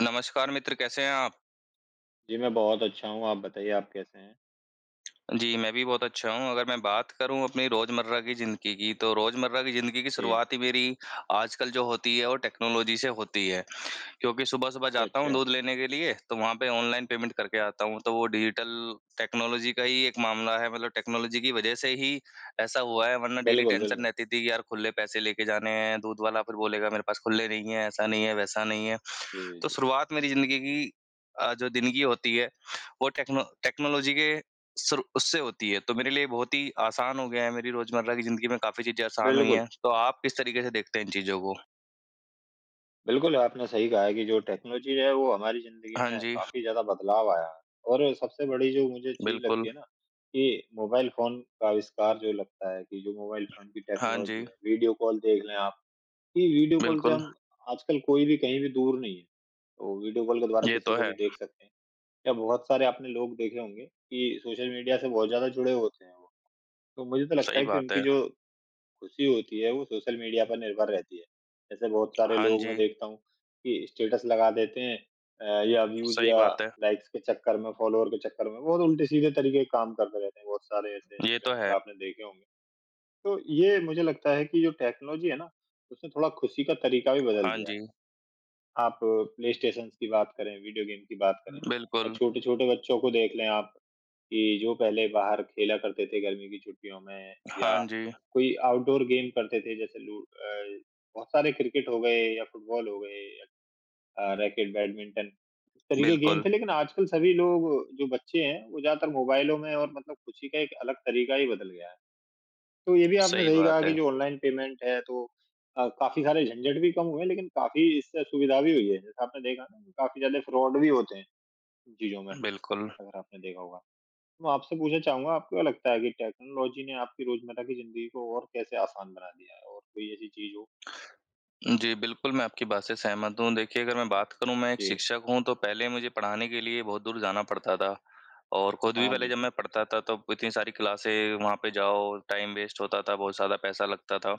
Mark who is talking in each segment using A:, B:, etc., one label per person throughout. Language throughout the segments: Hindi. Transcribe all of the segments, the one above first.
A: नमस्कार मित्र, कैसे हैं आप?
B: जी, मैं बहुत अच्छा हूँ, आप बताइए आप कैसे हैं?
A: जी, मैं भी बहुत अच्छा हूँ। अगर मैं बात करूँ अपनी रोज़मर्रा की ज़िंदगी की, तो रोज़मर्रा की ज़िंदगी की
B: जी,
A: शुरुआत ही मेरी आजकल जो होती है, वो टेक्नोलॉजी से होती है। क्योंकि सुबह-सुबह
B: अच्छा,
A: जाता हूँ
B: अच्छा।
A: दूध लेने के लिए, तो वहाँ पे ऑनलाइन पेमेंट करके आता हूँ। तो वो डिजिटल टेक्नोलॉजी का ही एक मामला है, मतलब टेक्नोलॉजी की वजह से ही ऐसा हुआ है, वरना डेली
B: बिल्कुल,
A: टेंशन
B: बिल्कुल।
A: रहती थी कि यार खुले पैसे लेके जाने हैं, दूध वाला फिर बोलेगा मेरे पास खुले नहीं है, ऐसा नहीं है, वैसा नहीं है।
B: जी,
A: तो
B: जी।
A: शुरुआत मेरी ज़िंदगी की जो दिन की होती है, वो टेक्नोलॉजी के सुर उससे होती है, तो मेरे लिए बहुत ही आसान हो गया है, मेरी रोज़मर्रा की ज़िंदगी में काफ़ी चीज़ें आसान हुई
B: बिल्कुल,
A: हैं। तो आप किस तरीके से देखते हैं इन चीज़ों को?
B: बिल्कुल आपने सही कहा है कि जो टेक्नोलॉजी है वो हमारी ज़िंदगी
A: हाँ
B: में
A: जी,
B: काफ़ी ज़्यादा बदलाव आया है और सबसे बड़ी जो मुझे चीज़ लगती
A: बिल्कुल।
B: है ना कि मोबाइल फ़ोन का आविष्कार जो लगता है कि जो मोबाइल फ़ोन की
A: हाँ
B: टेक्नोलॉजी
A: जी,
B: है, वीडियो कॉल देख लें आप कि वीडियो कॉल से
A: बिल्कुल।
B: हम आजकल कोई भी कहीं भी दूर नहीं है, तो वीडियो कॉल के द्वारा
A: ये
B: किसी
A: तो
B: को
A: है,
B: भी देख सकते हैं या बहुत सारे आपने लोग देखे होंगे कि सोशल मीडिया से बहुत ज़्यादा जुड़े होते हैं वो। तो मुझे तो लगता
A: सही
B: है कि
A: बात
B: उनकी
A: है।
B: जो खुशी होती है, वो सोशल मीडिया पर निर्भर रहती है। जैसे बहुत सारे
A: हाँ
B: लोग मैं
A: जी,
B: देखता हूँ कि स्टेटस लगा देते हैं या व्यूज़
A: सही
B: या
A: बात है।
B: लाइक्स के चक्कर में, फॉलोवर के चक्कर में, बहुत उल्टे-सीधे तरीके के काम करते रहते हैं। बहुत सारे ऐसे
A: ये तो
B: इन्फ्लुएंसर
A: है।
B: आपने देखे होंगे। तो ये मुझे लगता है कि जो टेक्नोलॉजी है ना, उसने थोड़ा खुशी का तरीका भी बदल
A: हाँ
B: दिया है।
A: जी,
B: आप प्ले स्टेशंस की बात करें, वीडियो गेम की बात करें या
A: बिल्कुल।
B: छोटे-छोटे बच्चों को देख लें आप कि जो पहले बाहर खेला करते थे गर्मी की छुट्टियों में या
A: हाँ जी,
B: कोई आउटडोर गेम करते थे जैसे बहुत सारे क्रिकेट हो गए या फुटबॉल हो गए, रैकेट, बैडमिंटन, इस तरीके के गेम
A: बिल्कुल।
B: थे लेकिन आजकल सभी लोग जो बच्चे हैं, वो ज़्यादातर मोबाइलों में और मतलब खुशी का एक अलग तरीका ही बदल गया है। तो ये भी आपने
A: सही
B: सही कहा
A: बात
B: कि
A: है।
B: जो ऑनलाइन पेमेंट है तो काफ़ी सारे झंझट भी कम हुए हैं, लेकिन काफ़ी इससे सुविधा भी हुई है। जैसे आपने देखा ना कि काफ़ी ज़्यादा फ्रॉड भी होते हैं इन चीज़ों में,
A: बिल्कुल।
B: अगर आपने देखा होगा। तो मैं आपसे पूछना चाहूँगा आपको क्या लगता है कि टेक्नोलॉजी ने आपकी रोज़मर्रा की ज़िंदगी को और कैसे आसान बना दिया है? और कोई ऐसी चीज़ हो?
A: जी, बिल्कुल, मैं आपकी बात से सहमत हूँ। देखिए, अगर मैं बात करूँ, मैं एक
B: जी।
A: शिक्षक हूँ, तो पहले मुझे पढ़ाने के लिए बहुत दूर जाना पड़ता था और खुद भी
B: हाँ,
A: पहले जब
B: बिल्कुल।
A: मैं पढ़ता था, तब इतनी सारी क्लासें, वहाँ पे जाओ, टाइम वेस्ट होता था, बहुत ज़्यादा पैसा लगता था।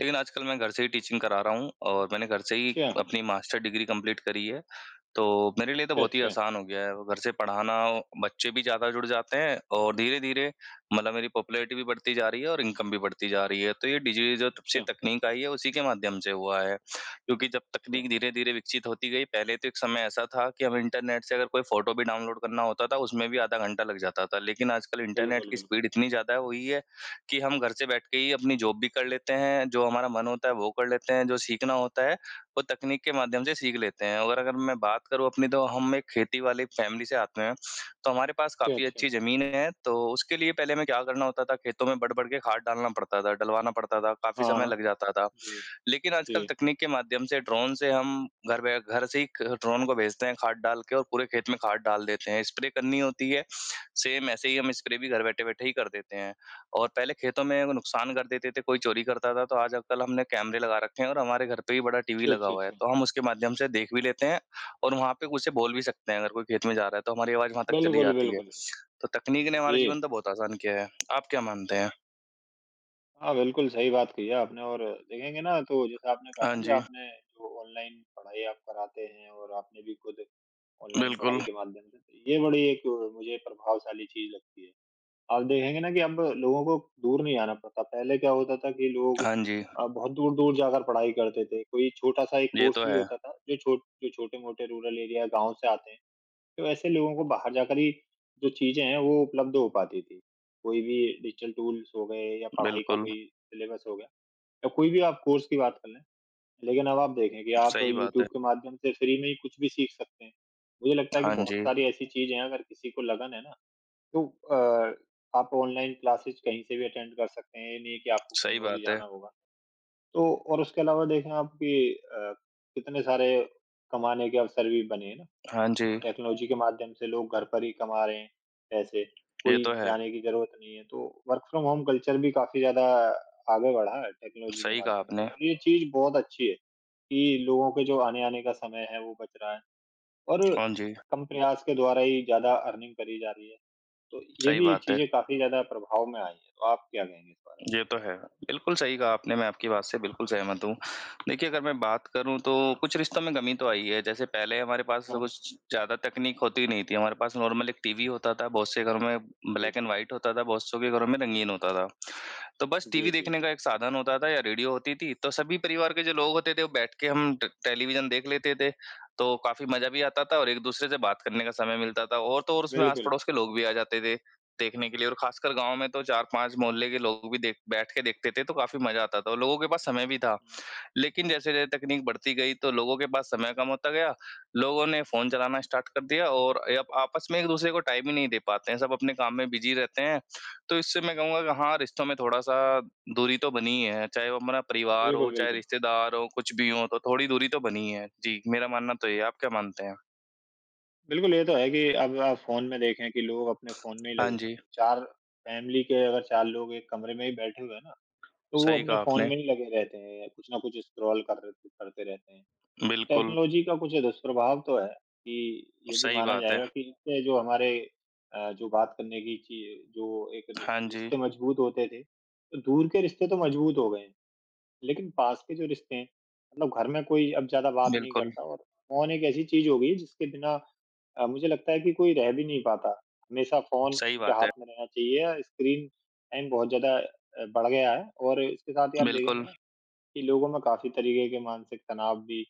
A: लेकिन आजकल मैं घर से ही टीचिंग करा रहा हूँ और मैंने घर से ही
B: अच्छा,
A: अपनी मास्टर डिग्री कंप्लीट करी है, तो मेरे लिए तो
B: अच्छा,
A: बहुत ही
B: अच्छा,
A: आसान हो गया है। घर से पढ़ाना, बच्चे भी ज़्यादा जुड़ जाते हैं और धीरे-धीरे मतलब मेरी पॉपुलैरिटी भी बढ़ती जा रही है और इनकम भी बढ़ती जा रही है। तो ये डिजी जो तब से
B: अच्छा,
A: तकनीक आई है उसी के माध्यम से हुआ है। क्योंकि जब
B: अच्छा।
A: तकनीक धीरे-धीरे विकसित होती गई, पहले तो एक समय ऐसा था कि हम इंटरनेट से अगर कोई फ़ोटो भी डाउनलोड करना होता था, उसमें भी आधा घंटा लग जाता था। लेकिन आजकल इंटरनेट
B: बिल्कुल,
A: की
B: बिल्कुल।
A: स्पीड इतनी ज़्यादा हुई है कि हम घर से बैठ के ही अपनी जॉब भी कर लेते हैं, जो हमारा मन होता है वो कर लेते हैं, जो सीखना होता है वो तकनीक के माध्यम से सीख लेते हैं। और अगर मैं बात करूँ अपनी तो हम एक खेती वाली फैमिली से आते हैं। तो हमारे पास
B: अच्छा,
A: काफ़ी
B: अच्छा।
A: अच्छी ज़मीन है, तो उसके लिए पहले हमें क्या करना होता था, खेतों में बढ़-बढ़ के खाद डालना पड़ता था, डलवाना पड़ता था, काफ़ी
B: हाँ,
A: समय
B: हाँ।
A: लग जाता था।
B: जी,
A: लेकिन आजकल
B: जी।
A: तकनीक के माध्यम से ड्रोन से हम घर से ही क ड्रोन को भेजते हैं खाद डाल के और पूरे खेत में खाद डाल देते हैं। स्प्रे करनी होती है, सेम ऐसे ही हम स्प्रे भी घर बैठे-बैठे ही कर देते हैं और पहले खेतों में वो नुकसान कर देते थे, कोई चोरी करता था, तो आज आजकल हमने कैमरे लगा रखे हैं और हमारे घर पे ही बड़ा टीवी
B: अच्छा,
A: लगा
B: अच्छा,
A: हुआ है,
B: अच्छा।
A: तो हम उसके माध्यम से देख भी लेते हैं और वहाँ पे उसे बोल भी सकते हैं अगर कोई खेत में जा रहा है तो हमारी आवाज़ वहाँ तक चली
B: बिल्कुल,
A: जाती है।
B: बिल्कुल।
A: तो तकनीक ने
B: जी।
A: हमारा जीवन तो बहुत आसान किया है। आप क्या मानते हैं?
B: हाँ, बिल्कुल सही बात कही है आपने और देखेंगे ना तो जैसे आपने कहा
A: हाँ
B: ना कि
A: जी,
B: आपने जो ऑनलाइन पढ़ाई आप कराते हैं और आपने भी खुद ऑनलाइन
A: बिल्कुल।
B: पढ़ाई के माध्यम से, तो ये बड़ी एक मुझे प्रभावशाली चीज़ लगती है। आप देखेंगे ना कि अब लोगों को दूर नहीं आना पड़ता। पहले क्या होता था कि लोग
A: हाँ जी,
B: बहुत दूर-दूर जाकर पढ़ाई करते थे। कोई छोटा-सा एक
A: ये
B: कोर्स
A: तो
B: भी
A: है।
B: होता था जो छोटे-मोटे रूरल एरिया, गाँव से आते हैं, तो ऐसे लोगों को बाहर जाकर ही जो चीज़ें हैं वो उपलब्ध हो पाती थी। कोई भी डिजिटल टूल्स हो गए या पढ़ाई का
A: बिल्कुल,
B: कोई सिलेबस हो गया या कोई भी आप कोर्स की बात कर लें। लेकिन अब आप देखें कि आप
A: सही बात
B: यूट्यूब
A: है।
B: के माध्यम से फ्री में ही कुछ भी सीख सकते हैं। मुझे लगता है कि
A: हाँ
B: बहुत
A: जी,
B: सारी ऐसी चीज़ें हैं अगर किसी को लगन है ना तो अ, आप ऑनलाइन क्लासेज़ कहीं से भी अटेंड कर सकते हैं, ये नहीं है कि आपको कहीं
A: सही
B: और ही
A: बात है।
B: जाना होगा। तो और उसके अलावा देखें आप कि अ, कितने सारे कमाने के अवसर भी बने हैं ना।
A: हाँ जी,
B: टेक्नोलॉजी के माध्यम से लोग घर पर ही कमा रहे हैं पैसे,
A: ये तो
B: कोई
A: है।
B: जाने की ज़रूरत नहीं है। तो वर्क फ्रॉम होम कल्चर भी काफ़ी ज़्यादा आगे बढ़ा है टेक्नोलॉजी के
A: सही कहा
B: माध्यम से
A: आपने।
B: और ये चीज़ बहुत अच्छी है कि लोगों के जो आने-आने का समय है वो बच रहा है और
A: हाँ जी,
B: कम प्रयास के द्वारा ही ज़्यादा अर्निंग करी जा रही है। तो ये
A: सही
B: भी
A: बात है।
B: चीज़ें काफ़ी ज़्यादा प्रभाव में आई हैं। तो आप क्या कहेंगे इस बारे
A: ये तो है। बिल्कुल सही कहा आपने, मैं आपकी बात से बिल्कुल सहमत हूँ। देखिए, अगर मैं बात करूँ तो कुछ रिश्तों में कमी तो आई है। जैसे पहले हमारे पास
B: में? हाँ।
A: कुछ ज़्यादा तकनीक होती नहीं थी, हमारे पास नॉर्मल एक टीवी होता था, बहुत से घरों में
B: जी।
A: ब्लैक एंड व्हाइट होता था, बहुत सौ के घरों में रंगीन होता था। तो बस
B: जी,
A: टीवी
B: जी,
A: देखने
B: जी।
A: का एक साधन होता था या रेडियो होती थी, तो सभी परिवार के जो लोग होते थे, वो बैठ के हम ट टेलीविज़न देख लेते थे, तो काफ़ी मज़ा भी आता था और एक-दूसरे से बात करने का समय मिलता था और तो और उसमें
B: बिल्कुल।
A: आस-पड़ोस के लोग भी आ जाते थे। देखने के लिए और खासकर गाँव में तो 4-5 मोहल्ले के लोग भी देख बैठ के देखते थे, तो काफ़ी मज़ा आता था और लोगों के पास समय भी था।
B: हुँ।
A: लेकिन जैसे-जैसे तकनीक बढ़ती गई तो लोगों के पास समय कम होता गया, लोगों ने फ़ोन चलाना स्टार्ट कर दिया और अब आपस में एक-दूसरे को टाइम ही नहीं दे पाते हैं, सब अपने काम में बिज़ी रहते हैं। तो इससे मैं कहूँगा कि हाँ, रिश्तों में थोड़ा-सा दूरी तो बनी ही है, चाहे वो हमारा परिवार हो,
B: बिल्कुल,
A: चाहे
B: बिल्कुल।
A: रिश्तेदार हो, कुछ भी हो, तो थोड़ी दूरी तो बनी ही है। जी, मेरा मानना तो ये है, आप क्या मानते हैं?
B: बिल्कुल, ये तो है कि अब आप फ़ोन में देखें कि लोग अपने फ़ोन में ही
A: हाँ
B: लगे रहते
A: जी,
B: हैं। 4 फैमिली के अगर 4 लोग एक कमरे में ही बैठे हुए हैं ना, तो वो
A: सही
B: अपने
A: कहा
B: फ़ोन
A: आपने।
B: में ही लगे रहते हैं, या कुछ ना कुछ स्क्रॉल कर र करते रहते हैं। तो
A: बिल्कुल,
B: टेक्नोलॉजी का कुछ दुष्प्रभाव तो है कि ये भी
A: सही
B: माना
A: बात है।
B: जाएगा कि इससे जो हमारे जो बात करने की चि जो एक
A: हाँ
B: रिस
A: जी।
B: रिश्ते मजबूत होते थे, तो दूर के रिश्ते तो मजबूत हो गए हैं। लेकिन पास के जो रिश्ते हैं, मतलब घर में कोई अब ज़्यादा बात नहीं
A: बिल्कुल,
B: करता और फ़ोन एक ऐसी चीज़ हो गई है जिसके बिना मुझे लगता है कि कोई रह भी नहीं पाता। हमेशा फ़ोन
A: सही
B: उनके
A: बात
B: हाथ
A: है।
B: में रहना चाहिए या स्क्रीन टाइम बहुत ज़्यादा बढ़ गया है और इसके साथ ही आप देखेंगे
A: बिल्कुल,
B: ना कि लोगों में काफ़ी तरीके के मानसिक तनाव भी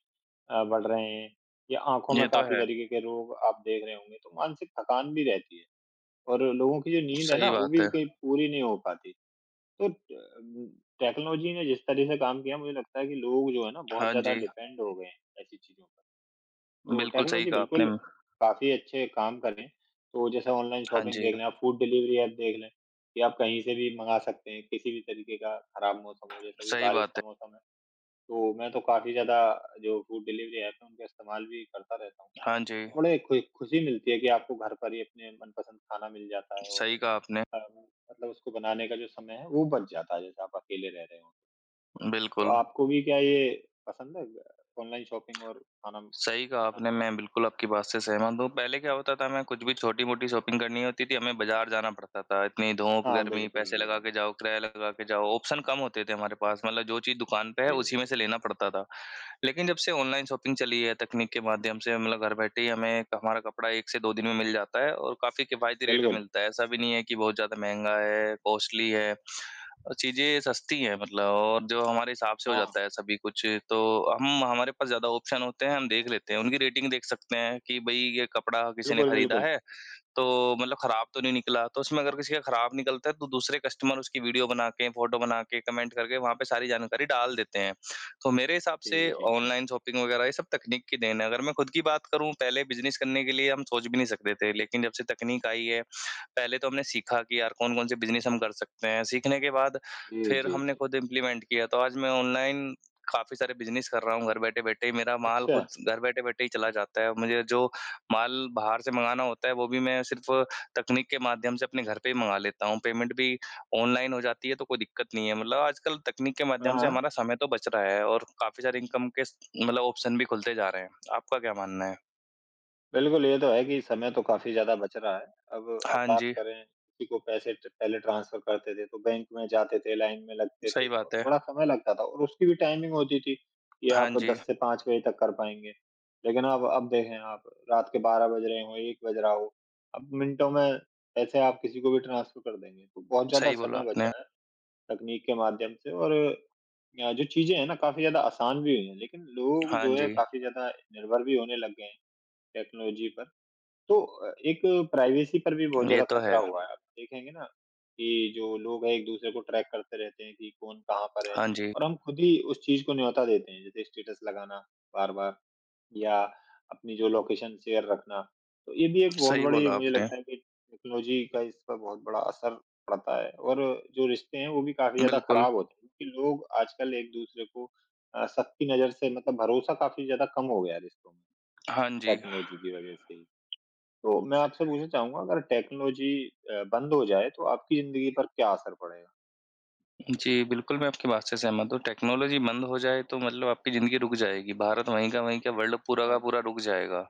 B: बढ़ रहे हैं या आँखों में
A: ये तो
B: काफ़ी
A: है।
B: तरीके के रोग आप देख रहे होंगे, तो मानसिक थकान भी रहती है और लोगों की जो नींद है ना,
A: सही
B: वो
A: बात
B: भी
A: है।
B: कहीं पूरी नहीं हो पाती। तो टेक्नोलॉजी ने जिस तरह से काम किया मुझे लगता है कि लोग जो है ना बहुत
A: हाँ
B: ज़्यादा
A: जी,
B: डिपेंड हो गए हैं ऐसी चीज़ों पर। तो
A: बिल्कुल सही
B: टेक्नोलॉजी
A: कहा आपने।
B: बिल्कुल काफ़ी अच्छे काम कर रही है। तो जैसे ऑनलाइन
A: हाँ
B: शॉपिंग
A: जी,
B: देख लें, आप फूड डिलीवरी ऐप देख लें कि आप कहीं से भी मँगा सकते हैं, किसी भी तरीके का खराब मौसम हो जैसे अभी
A: सही
B: बारिश
A: बात
B: का
A: है।
B: मौसम है। तो मैं तो काफ़ी ज़्यादा जो फूड डिलीवरी ऐप है उनका इस्तेमाल भी करता रहता हूँ।
A: हाँ जी,
B: तो बड़े खु खुशी मिलती है कि आपको घर पर ही अपने मनपसंद खाना मिल जाता है और
A: सही कहा आपने।
B: अ, मतलब उसको बनाने का जो समय है वो बच जाता है जैसे आप अकेले रह रहे हो। तो
A: बिल्कुल।
B: आपको भी क्या ये पसंद है ऑनलाइन शॉपिंग और खाना
A: सही कहा
B: खाना
A: आपने,
B: मंगाना?
A: मैं बिल्कुल आपकी बात से सहमत हूँ। पहले क्या होता था, हमें कुछ भी छोटी-मोटी शॉपिंग करनी होती थी, हमें बाज़ार जाना पड़ता था। इतनी धूप,
B: हाँ,
A: गर्मी,
B: बिल्कुल,
A: पैसे लगा
B: बिल्कुल।
A: के जाओ, किराया लगा के जाओ, ऑप्शन कम होते थे हमारे पास। मतलब जो चीज़ दुकान पे है,
B: जी,
A: उसी में
B: जी,
A: से
B: जी।
A: लेना पड़ता था। लेकिन जब से ऑनलाइन शॉपिंग चली है, तकनीक के माध्यम से मतलब घर बैठे ही हमें हमारा कपड़ा 1 से 2 दिन में मिल जाता है और काफ़ी किफ़ायती रेट में
B: बिल्कुल।
A: मिलता है। ऐसा भी नहीं है कि बहुत ज़्यादा महँगा है, कॉस्टली है। चीज़ें सस्ती हैं मतलब और जो हमारे हिसाब से हो
B: हाँ,
A: जाता है सभी कुछ, तो हम हमारे पास ज़्यादा ऑप्शन होते हैं, हम देख लेते हैं। उनकी रेटिंग देख सकते हैं कि भई ये कपड़ा किसी ने
B: बिल्कुल,
A: खरीदा
B: बिल्कुल।
A: है तो मतलब खराब तो नहीं निकला, तो उसमें अगर किसी का खराब निकलता है तो दूसरे कस्टमर उसकी वीडियो बना के, फोटो बना के, कमेंट करके वहाँ पे सारी जानकारी डाल देते हैं। तो मेरे हिसाब
B: जी,
A: से
B: जी, जी।
A: ऑनलाइन शॉपिंग वगैरह ये सब तकनीक की देन है। अगर मैं खुद की बात करूँ पहले बिज़नेस करने के लिए हम सोच भी नहीं सकते थे, लेकिन जब से तकनीक आई है, पहले तो हमने सीखा कि यार कौन-कौन से बिज़नेस हम कर सकते हैं। सीखने के बाद
B: जी,
A: फिर
B: जी,
A: हमने
B: जी।
A: खुद इम्प्लीमेंट किया, तो आज मैं ऑनलाइन काफ़ी सारे बिज़नेस कर रहा हूँ घर बैठे-बैठे ही। मेरा माल
B: अच्छा।
A: खुद घर बैठे-बैठे ही चला जाता है। मुझे जो माल बाहर से मँगाना होता है, वो भी मैं सिर्फ़ तकनीक के माध्यम से अपने घर पे ही मँगा लेता हूँ। पेमेंट भी ऑनलाइन हो जाती है, तो कोई दिक्कत नहीं है। मतलब आजकल तकनीक के
B: हाँ,
A: माध्यम से
B: हाँ।
A: हमारा समय तो बच रहा है और काफ़ी सारे इनकम के स मतलब ऑप्शन भी खुलते जा रहे हैं। आपका क्या मानना है?
B: बिल्कुल, ये तो है कि समय तो काफ़ी ज़्यादा बच रहा है। अब आप
A: हाँ
B: बात
A: जी,
B: करें किसी को पैसे ट पहले ट्रांसफ़र करते थे, तो बैंक में जाते थे, लाइन में लगते
A: सही
B: थे और
A: बात है।
B: बड़ा समय लगता था और उसकी भी टाइमिंग होती थी कि
A: हाँ
B: आप
A: जी,
B: 10 से 5 बजे तक कर पाएँगे। लेकिन अब देखें आप रात के 12 बज रहे हों, 1 बज रहा हो, अब मिनटों में पैसे आप किसी को भी ट्रांसफ़र कर देंगे। तो बहुत ज़्यादा
A: सही बोला
B: समय
A: आपने।
B: बचा है तकनीक के माध्यम से और जो चीज़ें हैं ना काफ़ी ज़्यादा आसान भी हुई हैं, लेकिन लोग
A: हाँ
B: जो है
A: जी,
B: काफ़ी ज़्यादा निर्भर भी होने लग गए हैं टेक्नोलॉजी पर। तो एक प्राइवेसी पर भी बहुत
A: ये
B: ज़्यादा
A: तो
B: खतरा
A: है।
B: हुआ है। आप देखेंगे ना कि जो लोग हैं एक-दूसरे को ट्रैक करते रहते हैं कि कौन कहाँ पर है
A: हाँ जी,
B: और हम खुद ही उस चीज़ को न्योता देते हैं। जैसे स्टेटस लगाना बार-बार या अपनी जो लोकेशन शेयर रखना। तो ये भी एक बहुत
A: सही
B: बड़ी
A: बोला
B: मुझे
A: आपने।
B: लगता है कि टेक्नोलॉजी का इस पर बहुत बड़ा असर पड़ता है और जो रिश्ते हैं वो भी काफ़ी ज़्यादा
A: बिल्कुल।
B: ख़राब होते हैं क्योंकि लोग आजकल एक-दूसरे को सबकी नज़र से मतलब भरोसा काफ़ी ज़्यादा कम हो गया है रिश्तों में,
A: हाँ जी।
B: टेक्नोलॉजी की वज़ह से ही। तो मैं आपसे पूछना चाहूँगा अगर टेक्नोलॉजी बंद हो जाए तो आपकी ज़िंदगी पर क्या असर पड़ेगा?
A: जी, बिल्कुल, मैं आपकी बात से सहमत हूँ। टेक्नोलॉजी बंद हो जाए तो मतलब आपकी ज़िंदगी रुक जाएगी। भारत वहीं का वहीं क्या वर्ल्ड पूरा
B: हाँ,
A: का पूरा रुक जाएगा।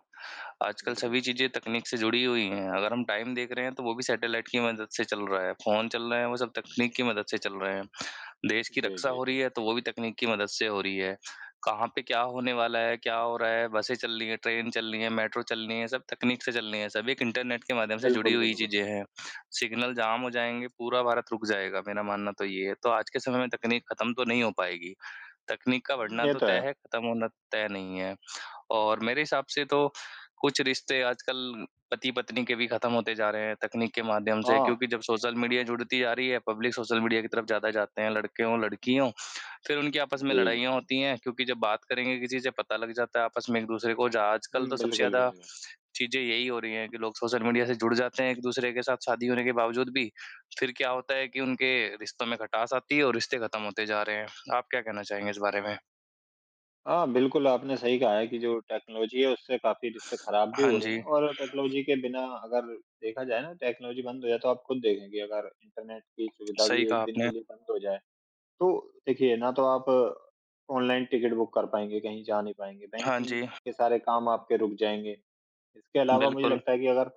A: आजकल
B: बिल्कुल।
A: सभी चीज़ें तकनीक से जुड़ी हुई हैं। अगर हम टाइम देख रहे हैं तो वो भी सैटेलाइट की मदद से चल रहा है। फ़ोन चल रहे हैं वो सब तकनीक की मदद से चल रहे हैं। देश की
B: जी,
A: रक्षा
B: जी,
A: हो रही
B: जी।
A: है तो वो भी तकनीक की मदद से हो रही है। कहाँ पे क्या होने वाला है, क्या हो रहा है, बसें चल रही हैं, ट्रेन चल रही हैं, मेट्रो चल रही हैं, सब तकनीक से चल रही हैं। सब एक इंटरनेट के माध्यम से जुड़ी
B: बिल्कुल,
A: हुई
B: बिल्कुल।
A: चीज़ें हैं। सिग्नल जाम हो जाएँगे, पूरा भारत रुक जाएगा, मेरा मानना तो ये है। तो आज के समय में तकनीक खत्म तो नहीं हो पाएगी। तकनीक का
B: हुँ,
A: बढ़ना
B: ये
A: तो
B: तो
A: तय
B: है।
A: है, खत्म होना तय नहीं है। और मेरे हिसाब से तो कुछ रिश्ते आजकल पति-पत्नी के भी खत्म होते जा रहे हैं तकनीक के माध्यम से
B: हाँ।
A: क्योंकि जब सोशल मीडिया जुड़ती जा रही है, पब्लिक सोशल मीडिया की तरफ ज़्यादा जाते हैं, लड़के हों, लड़की हों। फिर उनकी आपस में
B: जी, जी,
A: लड़ाइयाँ
B: जी।
A: होती हैं क्योंकि जब बात करेंगे किसी से पता लग जाता है आपस में एक-दूसरे को जहाँ
B: हुँ,
A: आजकल तो सबसे
B: बिल्कुल,
A: ज़्यादा
B: बिल्कुल।
A: चीज़ें यही हो रही हैं कि लोग सोशल मीडिया से जुड़ जाते हैं एक-दूसरे के साथ शादी होने के बावजूद भी, फिर क्या होता है कि उनके रिश्तों में खटास आती है और रिश्ते खत्म होते जा रहे हैं। आप क्या कहना चाहेंगे इस बारे में?
B: हाँ, बिल्कुल आपने सही कहा है कि जो टेक्नोलॉजी है उससे काफ़ी रिश्ते खराब भी
A: हाँ
B: हो रहे
A: जी,
B: हैं और टेक्नोलॉजी के बिना अगर देखा जाए ना टेक्नोलॉजी बंद हो जाए तो आप खुद देखेंगे अगर इंटरनेट की सुविधा
A: सही
B: भी एक
A: कहा
B: दिन के
A: आपने।
B: लिए बंद हो जाए तो देखिए, ना तो आप ऑनलाइन टिकट बुक कर पाएँगे, कहीं जा नहीं पाएँगे,
A: हाँ
B: बैंकिंग
A: जी,
B: के सारे काम आपके रुक जाएँगे। इसके अलावा मुझे
A: बिल्कुल,
B: लगता है कि अगर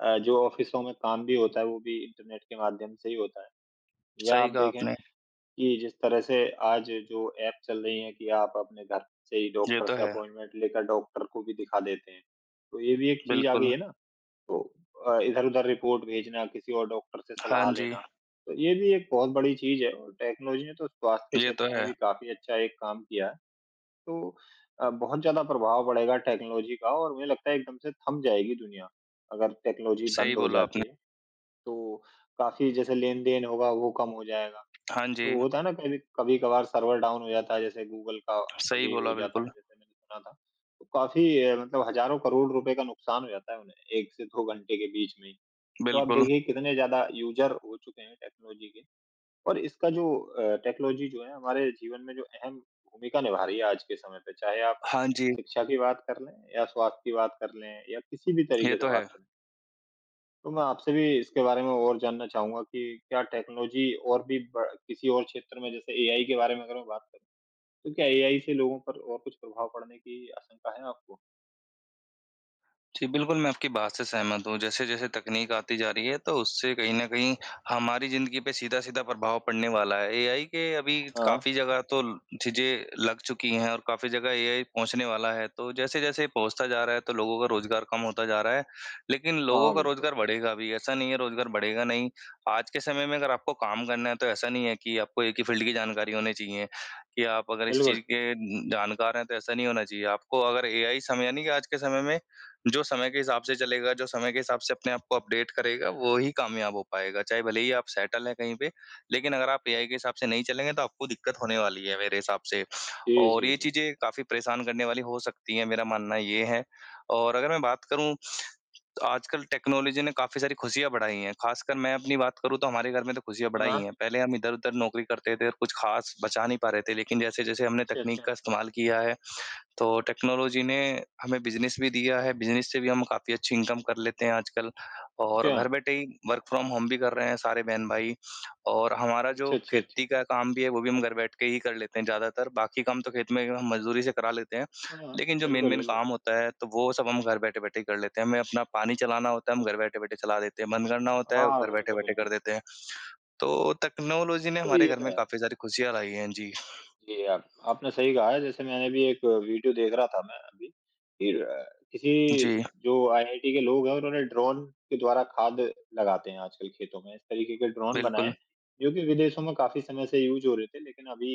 B: जो ऑफ़िसों में काम भी होता है, वो भी इंटरनेट के माध्यम से ही होता है। या आप
A: सही कहा
B: देखें
A: आपने।
B: कि जिस तरह से आज जो ऐप चल रही हैं कि आप अपने घर से ही
A: ये
B: डॉक्टर
A: तो
B: से
A: है,
B: अपॉइंटमेंट लेकर डॉक्टर को भी दिखा देते हैं, तो ये भी एक चीज़ आ गई
A: बिल्कुल।
B: है ना। तो इधर-उधर रिपोर्ट भेजना, किसी और डॉक्टर से
A: हाँ
B: सलाह
A: जी,
B: लेना, तो ये भी एक बहुत बड़ी चीज़ है और टेक्नोलॉजी ने तो स्वास्थ्य के
A: ये तो
B: क्षेत्र में
A: है।
B: भी काफ़ी अच्छा एक काम किया है। तो बहुत ज़्यादा प्रभाव पड़ेगा टेक्नोलॉजी का और मुझे लगता है एकदम से थम जाएगी दुनिया, अगर टेक्नोलॉजी
A: सही
B: बंद हो
A: बोला आपने।
B: जाती है। तो काफ़ी जैसे लेन-देन होगा वो कम हो जाएगा।
A: हाँ जी,
B: तो होता है ना कभी कभी-कभार सर्वर डाउन हो जाता है, जैसे गूगल का
A: सही
B: कभी हो
A: बोला
B: जाता है,
A: बिल्कुल,
B: जैसे मैंने सुना था। तो काफ़ी मतलब हज़ारों करोड़ रुपए का नुकसान हो जाता है उन्हें 1 से 2 घंटे के बीच में ही। तो आप
A: बिल्कुल।
B: देखिए कितने ज़्यादा यूज़र हो चुके हैं टेक्नोलॉजी के और इसका जो टेक्नोलॉजी जो है हमारे जीवन में जो अहम भूमिका निभा रही है आज के समय पे, चाहे आप
A: हाँ जी,
B: शिक्षा की बात कर लें या स्वास्थ्य की बात कर लें या किसी भी
A: ये
B: तरीके से
A: तो है।
B: बात करें। तो मैं आपसे भी इसके बारे में और जानना चाहूँगा कि क्या टेक्नोलॉजी और भी ब किसी और क्षेत्र में जैसे एआई के बारे में अगर मैं बात करूँ, तो क्या एआई से लोगों पर और कुछ प्रभाव पड़ने की आशंका है आपको?
A: जी, बिल्कुल, मैं आपकी बात से सहमत हूँ। जैसे-जैसे तकनीक आती जा रही है, तो उससे कहीं न कहीं हमारी ज़िंदगी पे सीधा-सीधा प्रभाव पड़ने वाला है। एआई के अभी
B: हाँ।
A: काफ़ी जगह तो चीज़ें लग चुकी हैं और काफ़ी जगह एआई पहुँचने वाला है। तो जैसे-जैसे पहुँचता जा रहा है, तो लोगों का रोज़गार कम होता जा रहा है, लेकिन लोगों
B: हाँ,
A: का
B: बिल्कुल।
A: रोज़गार बढ़ेगा भी। ऐसा नहीं है रोज़गार बढ़ेगा नहीं। आज के समय में अगर आपको काम करना है, तो ऐसा नहीं है कि आपको एक ही फ़ील्ड की जानकारी होनी चाहिए, कि आप अगर इस
B: बिल्कुल।
A: चीज़ के जानकार हैं, तो ऐसा नहीं होना चाहिए। आपको अगर एआई समय यानी कि आज के समय में जो समय के हिसाब से चलेगा, जो समय के हिसाब से अपने आप को अपडेट करेगा, वो ही कामयाब हो पाएगा। चाहे भले ही आप सेटल हैं कहीं पे, लेकिन अगर आप एआई के हिसाब से नहीं चलेंगे तो आपको दिक्कत होने वाली है मेरे हिसाब से।
B: जी,
A: और
B: जी,
A: ये
B: जी।
A: चीज़ें काफ़ी परेशान करने वाली हो सकती हैं, मेरा मानना ये है। और अगर मैं बात करूँ तो आजकल टेक्नोलॉजी ने काफ़ी सारी खुशियाँ बढ़ाई हैं। ख़ासकर मैं अपनी बात करूँ तो हमारे घर में तो खुशियाँ बढ़ाई
B: हाँ।
A: हैं। पहले हम इधर-उधर नौकरी करते थे और कुछ ख़ास बचा नहीं पा रहे थे, लेकिन जैसे-जैसे हमने
B: अच्छा,
A: तकनीक
B: अच्छा।
A: का इस्तेमाल किया है तो टेक्नोलॉजी ने हमें बिज़नेस भी दिया है, बिज़नेस से भी हम काफ़ी अच्छी इनकम कर लेते हैं आजकल और
B: अच्छा।
A: घर बैठे ही वर्क फ्रॉम होम भी कर रहे हैं सारे बहन-भाई और हमारा
B: अच्छा,
A: जो
B: अच्छा, अच्छा।
A: खेती का काम भी है, वो भी हम घर बैठ के ही कर लेते हैं ज़्यादातर, बाकी काम तो खेत में हम मज़दूरी से करा लेते हैं,
B: हाँ,
A: लेकिन जो
B: बिल्कुल,
A: मेन-मेन
B: बिल्कुल।
A: काम होता है, तो वो सब हम घर बैठे-बैठे ही कर लेते हैं। हमें अपना पानी चलाना होता है, हम घर बैठे-बैठे चला देते हैं, बंद करना होता है,
B: हाँ,
A: घर
B: बिल्कुल,
A: बैठे-बैठे
B: बिल्कुल।
A: कर देते हैं। तो टेक्नोलॉजी ने
B: तो
A: हमारे
B: ये
A: घर
B: तो
A: में
B: है।
A: काफ़ी सारी खुशियाँ लाई हैं। जी।
B: जी, आप आपने सही कहा है, जैसे मैंने भी एक वीडियो देख रहा था मैं अभी कि किसी
A: जी,
B: जो आईआईटी के लोग हैं, उन्होंने ड्रोन के द्वारा खाद लगाते हैं आजकल खेतों में। इस तरीके के ड्रोन
A: बिल्कुल।
B: बनाए, जो कि विदेशों में काफ़ी समय से यूज़ हो रहे थे, लेकिन अभी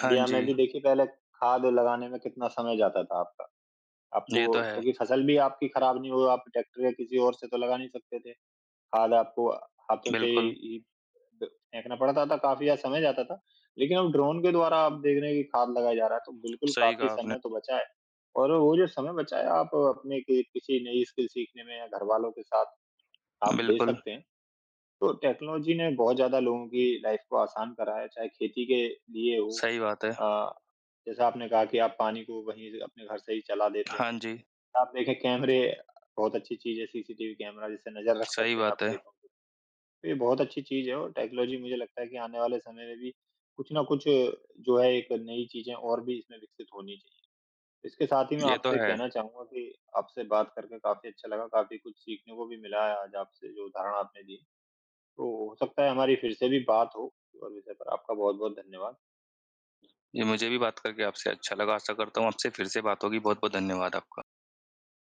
A: हाँ
B: में
A: जी,
B: भी देखिए पहले खाद लगाने में कितना समय जाता था आपका। आपको
A: ये तो है।
B: क्योंकि फसल भी आपकी खराब नहीं हो, आप ट्रैक्टर या किसी और से तो लगा नहीं सकते थे। खाद आपको हाथों से
A: बिल्कुल,
B: ही ब फेंकना पड़ता था, काफ़ी ज़्यादा समय जाता था। लेकिन अब ड्रोन के द्वारा आप देख रहे हैं कि खाद लगाया जा रहा है, तो बिल्कुल
A: सही
B: काफ़ी
A: कहा आपने।
B: समय तो बचा है। और वो जो समय बचा है, आप अपने कि किसी नई स्किल सीखने में या घरवालों के साथ आप दे
A: बिल्कुल,
B: सकते हैं। तो टेक्नोलॉजी ने बहुत ज़्यादा लोगों की लाइफ़ को आसान करा है, चाहे खेती के लिए हो
A: सही बात है।
B: अ, जैसा आपने कहा कि आप पानी को वहीं से अपने घर से ही चला देते
A: हाँ
B: हैं।
A: जी,
B: आप देखें कैमरे बहुत अच्छी चीज़ है, सीसीटीवी कैमरा जिससे नज़र रख
A: सही
B: सकते हैं आप
A: बात है।
B: खेतों पे। तो ये बहुत अच्छी चीज़ है और टेक्नोलॉजी मुझे लगता है कि आने वाले समय में भी कुछ ना कुछ जो है एक नई चीज़ें और भी इसमें विकसित होनी चाहिए। इसके साथ ही मैं
A: ये तो
B: आपसे
A: है।
B: कहना चाहूँगा कि आपसे बात करके काफ़ी अच्छा लगा, काफ़ी कुछ सीखने को भी मिला है आज आपसे जो उदाहरण आपने दिए। तो हो सकता है हमारी फिर से भी बात हो और विषय पर आपका बहुत-बहुत धन्यवाद।
A: ये मुझे भी बात करके आपसे अच्छा लगा। आशा करता हूँ आपसे फिर से बात होगी। बहुत-बहुत धन्यवाद आपका।